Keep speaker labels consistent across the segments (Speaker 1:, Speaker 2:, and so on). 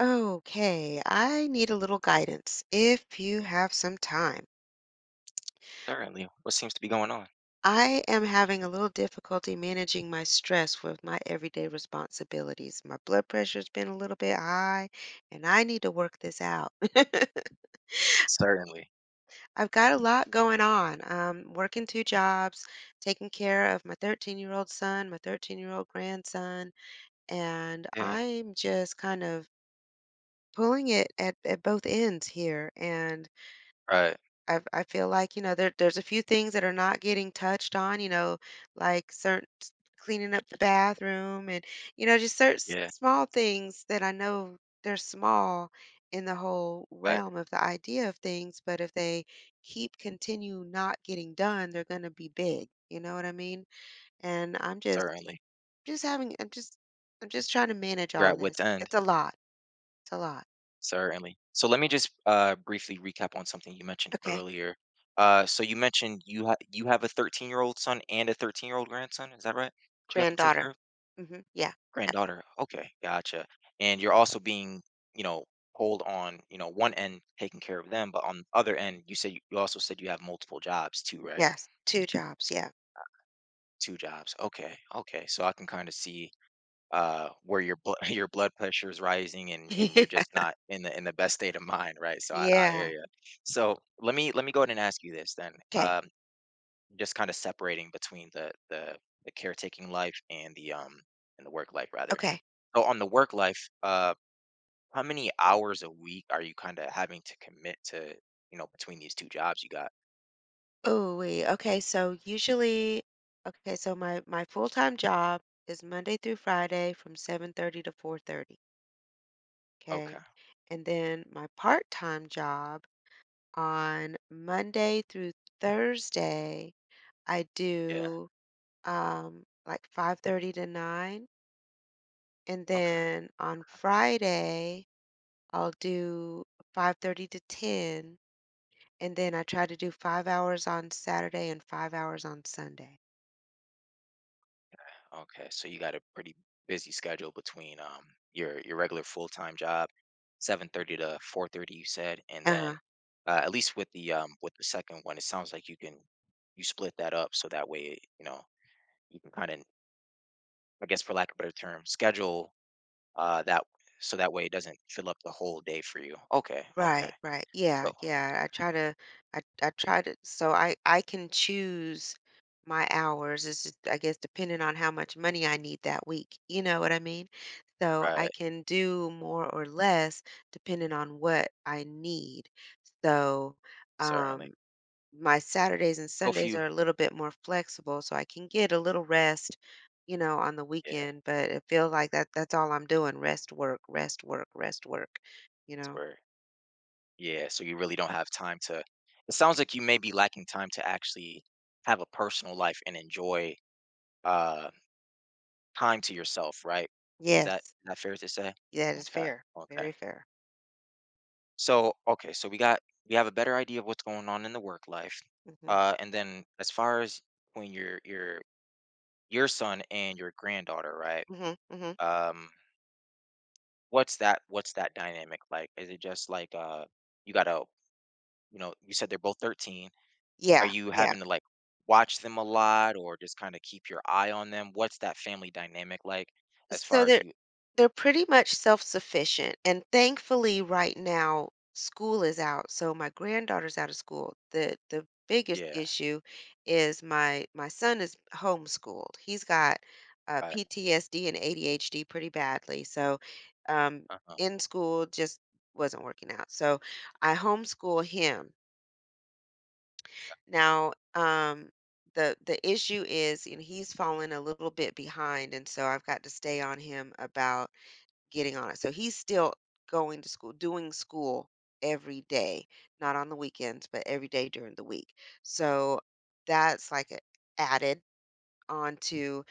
Speaker 1: Okay, I need a little guidance if you have some time.
Speaker 2: Certainly. What seems to be going on?
Speaker 1: I am having a little difficulty managing my stress with my everyday responsibilities. My blood pressure's been a little bit high, and I need to work this out.
Speaker 2: Certainly.
Speaker 1: I've got a lot going on. Working two jobs, taking care of my 13-year-old son, my 13-year-old grandson, and
Speaker 2: Yeah.
Speaker 1: I'm just kind of pulling it at both ends here. And
Speaker 2: Right.
Speaker 1: I feel like, there's a few things that are not getting touched on, like certain cleaning up the bathroom, and, just certain
Speaker 2: Yeah.
Speaker 1: small things that I know they're small in the whole
Speaker 2: Right.
Speaker 1: realm of the idea of things, but if they keep continue not getting done, they're going to be big. You know what I mean? And I'm
Speaker 2: Certainly.
Speaker 1: just having I'm just trying to manage
Speaker 2: You're
Speaker 1: all
Speaker 2: at
Speaker 1: of
Speaker 2: wit's
Speaker 1: this.
Speaker 2: end.
Speaker 1: It's a lot. It's a lot.
Speaker 2: Certainly. So let me just briefly recap on something you mentioned
Speaker 1: Okay.
Speaker 2: earlier. So you mentioned you have a 13-year-old son and a 13-year-old grandson. Is that right? That you have to take
Speaker 1: Granddaughter.
Speaker 2: care of
Speaker 1: Mhm. Yeah. Yep.
Speaker 2: granddaughter. Okay, gotcha. And you're also being you know pulled on one end taking care of them, but on the other end you said you also said you have multiple jobs too, right?
Speaker 1: Yes, two jobs. Yeah.
Speaker 2: Two jobs. Okay. Okay. So I can kind of see where your blood your blood pressure is rising and you're just not in the best state of mind, right? So I hear
Speaker 1: Yeah.
Speaker 2: you. So let me go ahead and ask you this then.
Speaker 1: Okay.
Speaker 2: Just kind of separating between the caretaking life and the work life rather.
Speaker 1: Okay.
Speaker 2: So on the work life, how many hours a week are you kind of having to commit to between these two jobs you got?
Speaker 1: Ooh wee. Okay. So usually, okay. So my full time job is Monday through Friday from 7:30 to 4:30.
Speaker 2: Okay,
Speaker 1: Okay. And then my part time job, on Monday through Thursday, I
Speaker 2: yeah,
Speaker 1: do like 5:30 to nine, and
Speaker 2: okay.
Speaker 1: then on Friday I'll do 5:30 to 10. And then I try to do 5 hours on Saturday and 5 hours on Sunday.
Speaker 2: Okay, so you got a pretty busy schedule between your regular full-time job, 7:30 to 4:30 you said, and
Speaker 1: Uh-huh.
Speaker 2: then at least with the second one, it sounds like you split that up so that way, you know, you can kind of, I guess for lack of a better term, schedule that so that way it doesn't fill up the whole day for you. Okay, okay.
Speaker 1: Right, right. Yeah,
Speaker 2: So,
Speaker 1: yeah. I try to, so I can choose my hours. It's just, I guess, depending on how much money I need that week. You know what I mean? So I
Speaker 2: right,
Speaker 1: can do more or less depending on what I need. So,
Speaker 2: certainly.
Speaker 1: um my Saturdays and
Speaker 2: So if
Speaker 1: Sundays
Speaker 2: you
Speaker 1: are a little bit more flexible, so I can get a little rest, on the
Speaker 2: yeah,
Speaker 1: weekend, but it feels like that's all I'm doing: rest, work, rest, work, rest, work, you
Speaker 2: that's
Speaker 1: know?
Speaker 2: where Yeah, so you really don't have time to It sounds like you may be lacking time to actually have a personal life and enjoy, uh, time to yourself, right? Is that
Speaker 1: Yes.
Speaker 2: is that fair to say?
Speaker 1: Yeah, that is
Speaker 2: Okay,
Speaker 1: fair.
Speaker 2: okay.
Speaker 1: Very fair.
Speaker 2: So we have a better idea of what's going on in the work life.
Speaker 1: Mhm.
Speaker 2: And then as far as when your son and your granddaughter, right?
Speaker 1: Mhm. Mhm.
Speaker 2: Um, what's that Are
Speaker 1: Yeah.
Speaker 2: you
Speaker 1: Yeah.
Speaker 2: having to, like, watch them a lot or just kinda keep your eye on them? What's that family dynamic like as
Speaker 1: So
Speaker 2: far as
Speaker 1: they're
Speaker 2: you
Speaker 1: they're pretty much self-sufficient, and thankfully right now school is out, so my granddaughter's out of school. The biggest
Speaker 2: Yeah,
Speaker 1: issue is my son is homeschooled. He's got
Speaker 2: right,
Speaker 1: PTSD and ADHD pretty badly, so um,
Speaker 2: uh-huh,
Speaker 1: in school just wasn't working out. So I homeschool him. Now, the issue is, and he's fallen a little bit behind, and so I've got to stay on him about getting on it. So he's still going to school, doing school every day, not on the weekends, but every day during the week. So that's like added onto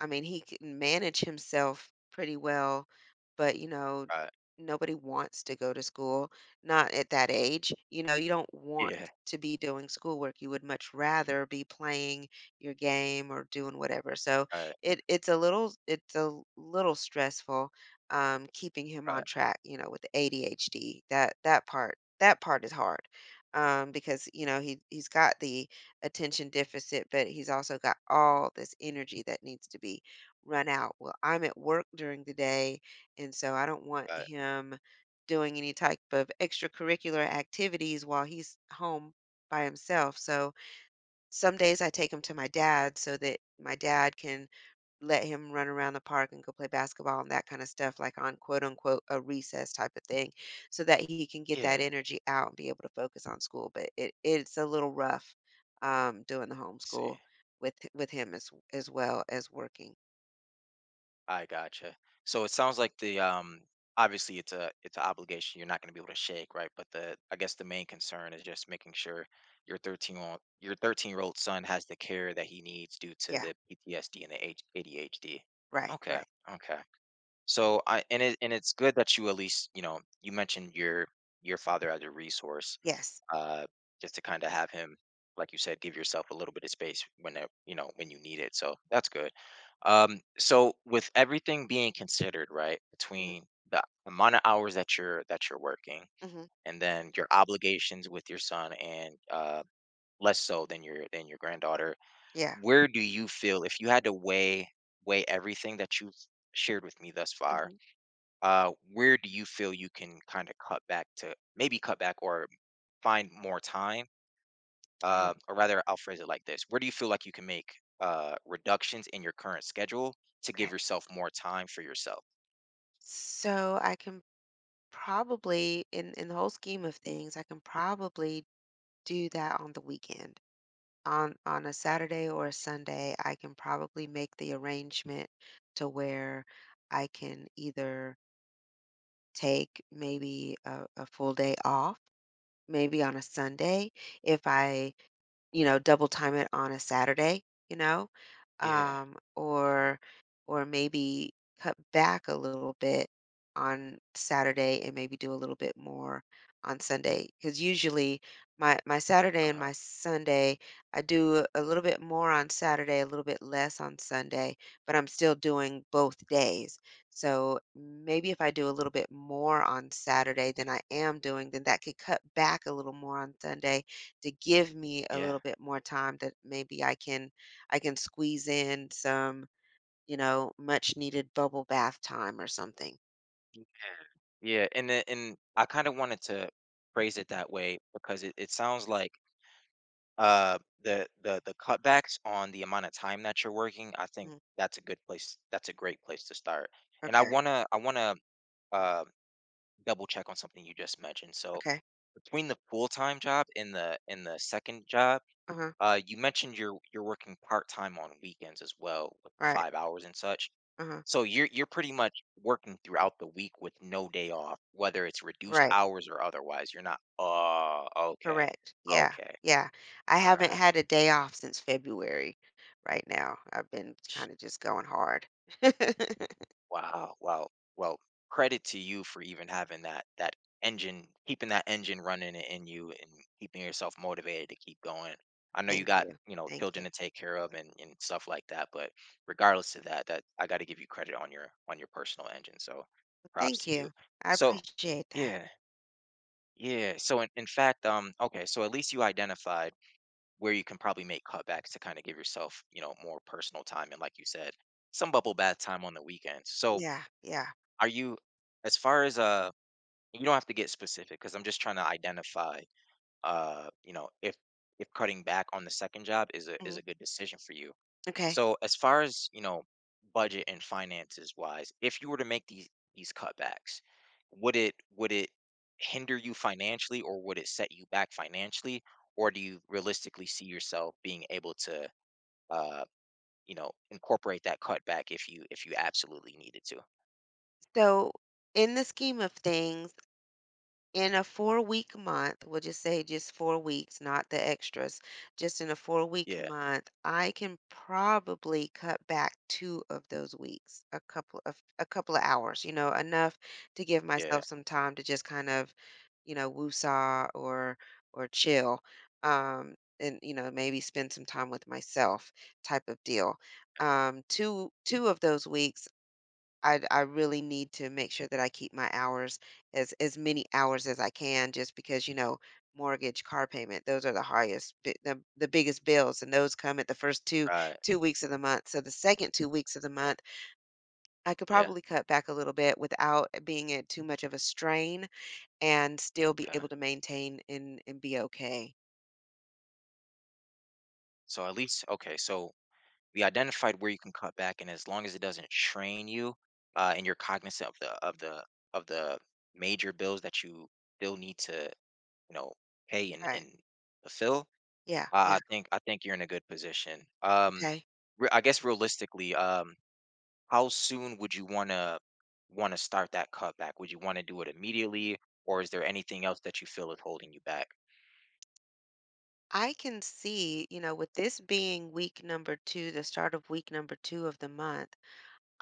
Speaker 1: I mean, he can manage himself pretty well, but,
Speaker 2: right,
Speaker 1: nobody wants to go to school, not at that age. You don't want
Speaker 2: yeah,
Speaker 1: to be doing schoolwork. You would much rather be playing your game or doing whatever. So
Speaker 2: right,
Speaker 1: it's a little stressful, keeping him
Speaker 2: right,
Speaker 1: on track. With the ADHD, that part is hard, because he's got the attention deficit, but he's also got all this energy that needs to be run out. Well, I'm at work during the day, and so I don't want
Speaker 2: right,
Speaker 1: him doing any type of extracurricular activities while he's home by himself. So some days I take him to my dad so that my dad can let him run around the park and go play basketball and that kind of stuff, like on quote unquote a recess type of thing, so that he can get that
Speaker 2: yeah.
Speaker 1: energy out and be able to focus on school. But it's a little rough, doing the
Speaker 2: See,
Speaker 1: homeschool with him as well as working.
Speaker 2: I gotcha. So it sounds like obviously, it's an obligation you're not gonna be able to shake, right? But the I guess the main concern is just making sure your 13-year-old son has the care that he needs due to
Speaker 1: Yeah,
Speaker 2: the PTSD and the H ADHD.
Speaker 1: right,
Speaker 2: Okay,
Speaker 1: right.
Speaker 2: okay. So I and it and it's good that you at least, you mentioned your father as a resource,
Speaker 1: Yes.
Speaker 2: uh, just to kind of have him, like you said, give yourself a little bit of space when you need it. So that's good. So with everything being considered, right,
Speaker 1: Hmm.
Speaker 2: between the amount of hours that you're working
Speaker 1: Hmm.
Speaker 2: and then your obligations with your son and less so than your granddaughter,
Speaker 1: Yeah.
Speaker 2: where do you feel if you had to weigh everything that you've shared with me thus far?
Speaker 1: Hmm.
Speaker 2: Where do you feel you can kind of cut back to maybe cut back or find more time? Or rather, I'll phrase it like this: Where do you feel like you can make reductions in your current schedule to give
Speaker 1: Okay.
Speaker 2: yourself more time for yourself?
Speaker 1: So I can probably in the whole scheme of things, I can probably do that on the weekend. On a
Speaker 2: Yeah.
Speaker 1: Saturday or a Sunday, I can probably make the arrangement to where I can either take maybe a full day off, maybe on a Sunday if I, double time it on a Saturday, you know,
Speaker 2: Yeah. Mhm.
Speaker 1: or maybe cut back a little bit on Saturday and maybe do a little bit more on Sunday. Because usually my Saturday and
Speaker 2: Uh-huh.
Speaker 1: my Sunday, I do a little bit more on Saturday, a little bit less on Sunday, but I'm still doing both days. So maybe if I do a little bit more on Saturday than I am doing, then that could cut back a little more on Sunday to give me a
Speaker 2: Yeah.
Speaker 1: little bit more time that maybe I can squeeze in some much needed bubble bath time or something.
Speaker 2: Yeah. And I kind of wanted to phrase it that way because it sounds like the cutbacks on the amount of time that you're working, I think
Speaker 1: Mm.
Speaker 2: that's a good place. That's a great place to start. And
Speaker 1: Okay.
Speaker 2: I wanna um double check on something you just mentioned. So
Speaker 1: Okay.
Speaker 2: between the full time job and the second job,
Speaker 1: Uh-huh.
Speaker 2: you mentioned you're working part time on weekends as well with the
Speaker 1: Right.
Speaker 2: 5 hours and such.
Speaker 1: Uh-huh.
Speaker 2: So you're pretty much working throughout the week with no day off, whether it's reduced
Speaker 1: Right.
Speaker 2: hours or otherwise. You're not. Oh, okay,
Speaker 1: Correct. Yeah.
Speaker 2: okay,
Speaker 1: Yeah. I
Speaker 2: all
Speaker 1: haven't
Speaker 2: right.
Speaker 1: had a day off since February right now. I've been kind of just going hard.
Speaker 2: Wow, wow. Well, credit to you for even having that engine, keeping that engine running in you and keeping yourself motivated to keep going. I know you
Speaker 1: Thank
Speaker 2: got,
Speaker 1: you. Thank
Speaker 2: children
Speaker 1: you.
Speaker 2: to take care of and stuff like that, but regardless of that I got to give you credit on your personal engine. So, props
Speaker 1: Thank
Speaker 2: to you.
Speaker 1: you. I
Speaker 2: So,
Speaker 1: appreciate that.
Speaker 2: yeah, yeah. So in fact, so at least you identified where you can probably make cutbacks to kind of give yourself, more personal time and like you said, some bubble bath time on the weekends. So,
Speaker 1: Yeah. Yeah.
Speaker 2: are you as far as, you don't have to get specific because 'cause I'm just trying to identify, if cutting back on the second job is
Speaker 1: Mhm.
Speaker 2: a good decision for you.
Speaker 1: Okay.
Speaker 2: So as far as, budget and finances wise, if you were to make these cutbacks, would it hinder you financially or would it set you back financially? Or do you realistically see yourself being able to, uh, incorporate that cutback if you absolutely needed to?
Speaker 1: So in the scheme of things, in a 4-week month, we'll just say just 4 weeks, not the extras, just in a 4-week
Speaker 2: Yeah,
Speaker 1: month, I can probably cut back two of those weeks, a couple of hours, enough to give
Speaker 2: yeah,
Speaker 1: myself some time to just kind of, woosah or chill. And maybe spend some time with myself type of deal. Two of those weeks I really need to make sure that I keep my hours, as many hours as I can, just because, mortgage, car payment, those are the highest the biggest bills, and those come at the first two
Speaker 2: right,
Speaker 1: two weeks of the month. So the second 2 weeks of the month, I could
Speaker 2: yeah.
Speaker 1: probably cut back a little bit without it being at too much of a strain and still be
Speaker 2: Okay.
Speaker 1: able to maintain and be okay.
Speaker 2: So we identified where you can cut back and as long as it doesn't strain you, and you're cognizant of the of the major bills that you still need to, you know, pay and,
Speaker 1: Right.
Speaker 2: and fulfill,
Speaker 1: Yeah, yeah.
Speaker 2: I think you're in a good position.
Speaker 1: Okay.
Speaker 2: I guess realistically, how soon would you wanna start that cutback? Would you wanna do it immediately or is there anything else that you feel is holding you back?
Speaker 1: I can see, with this being week number two, the start of week number two of the month.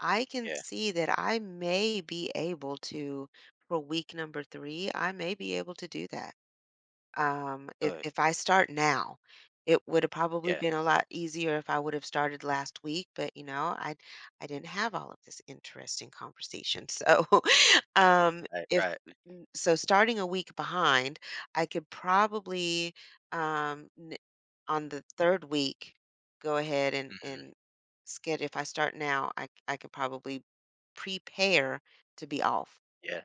Speaker 1: I can
Speaker 2: Yeah.
Speaker 1: see that I may be able to for week number three, I may be able to do that. If
Speaker 2: Good.
Speaker 1: if I start now, it would have probably
Speaker 2: Yeah.
Speaker 1: been a lot easier if I would have started last week, but I didn't have all of this interesting conversation. So,
Speaker 2: Right,
Speaker 1: if
Speaker 2: right.
Speaker 1: so starting a week behind, I could probably, um on the third week, go ahead and
Speaker 2: Hmm.
Speaker 1: and schedule. If I start now, I could probably prepare to be off.
Speaker 2: Yeah.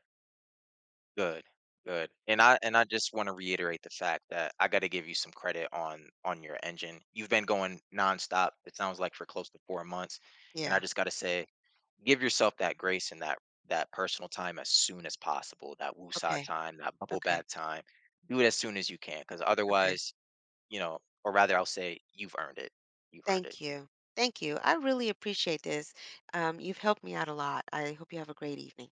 Speaker 2: Good, good. And I just wanna reiterate the fact that I gotta give you some credit on your engine. You've been going nonstop, it sounds like for close to 4 months, and I
Speaker 1: Yeah.
Speaker 2: just gotta say, give yourself that grace and that personal time as soon as possible, that woosah
Speaker 1: Okay.
Speaker 2: time, that bubble
Speaker 1: Okay.
Speaker 2: bath time. Do it as soon as you can, because
Speaker 1: Okay.
Speaker 2: otherwise, or rather I'll say you've earned it. You've earned it.
Speaker 1: Thank you. Thank you. I really appreciate this. You've helped me out a lot. I hope you have a great evening.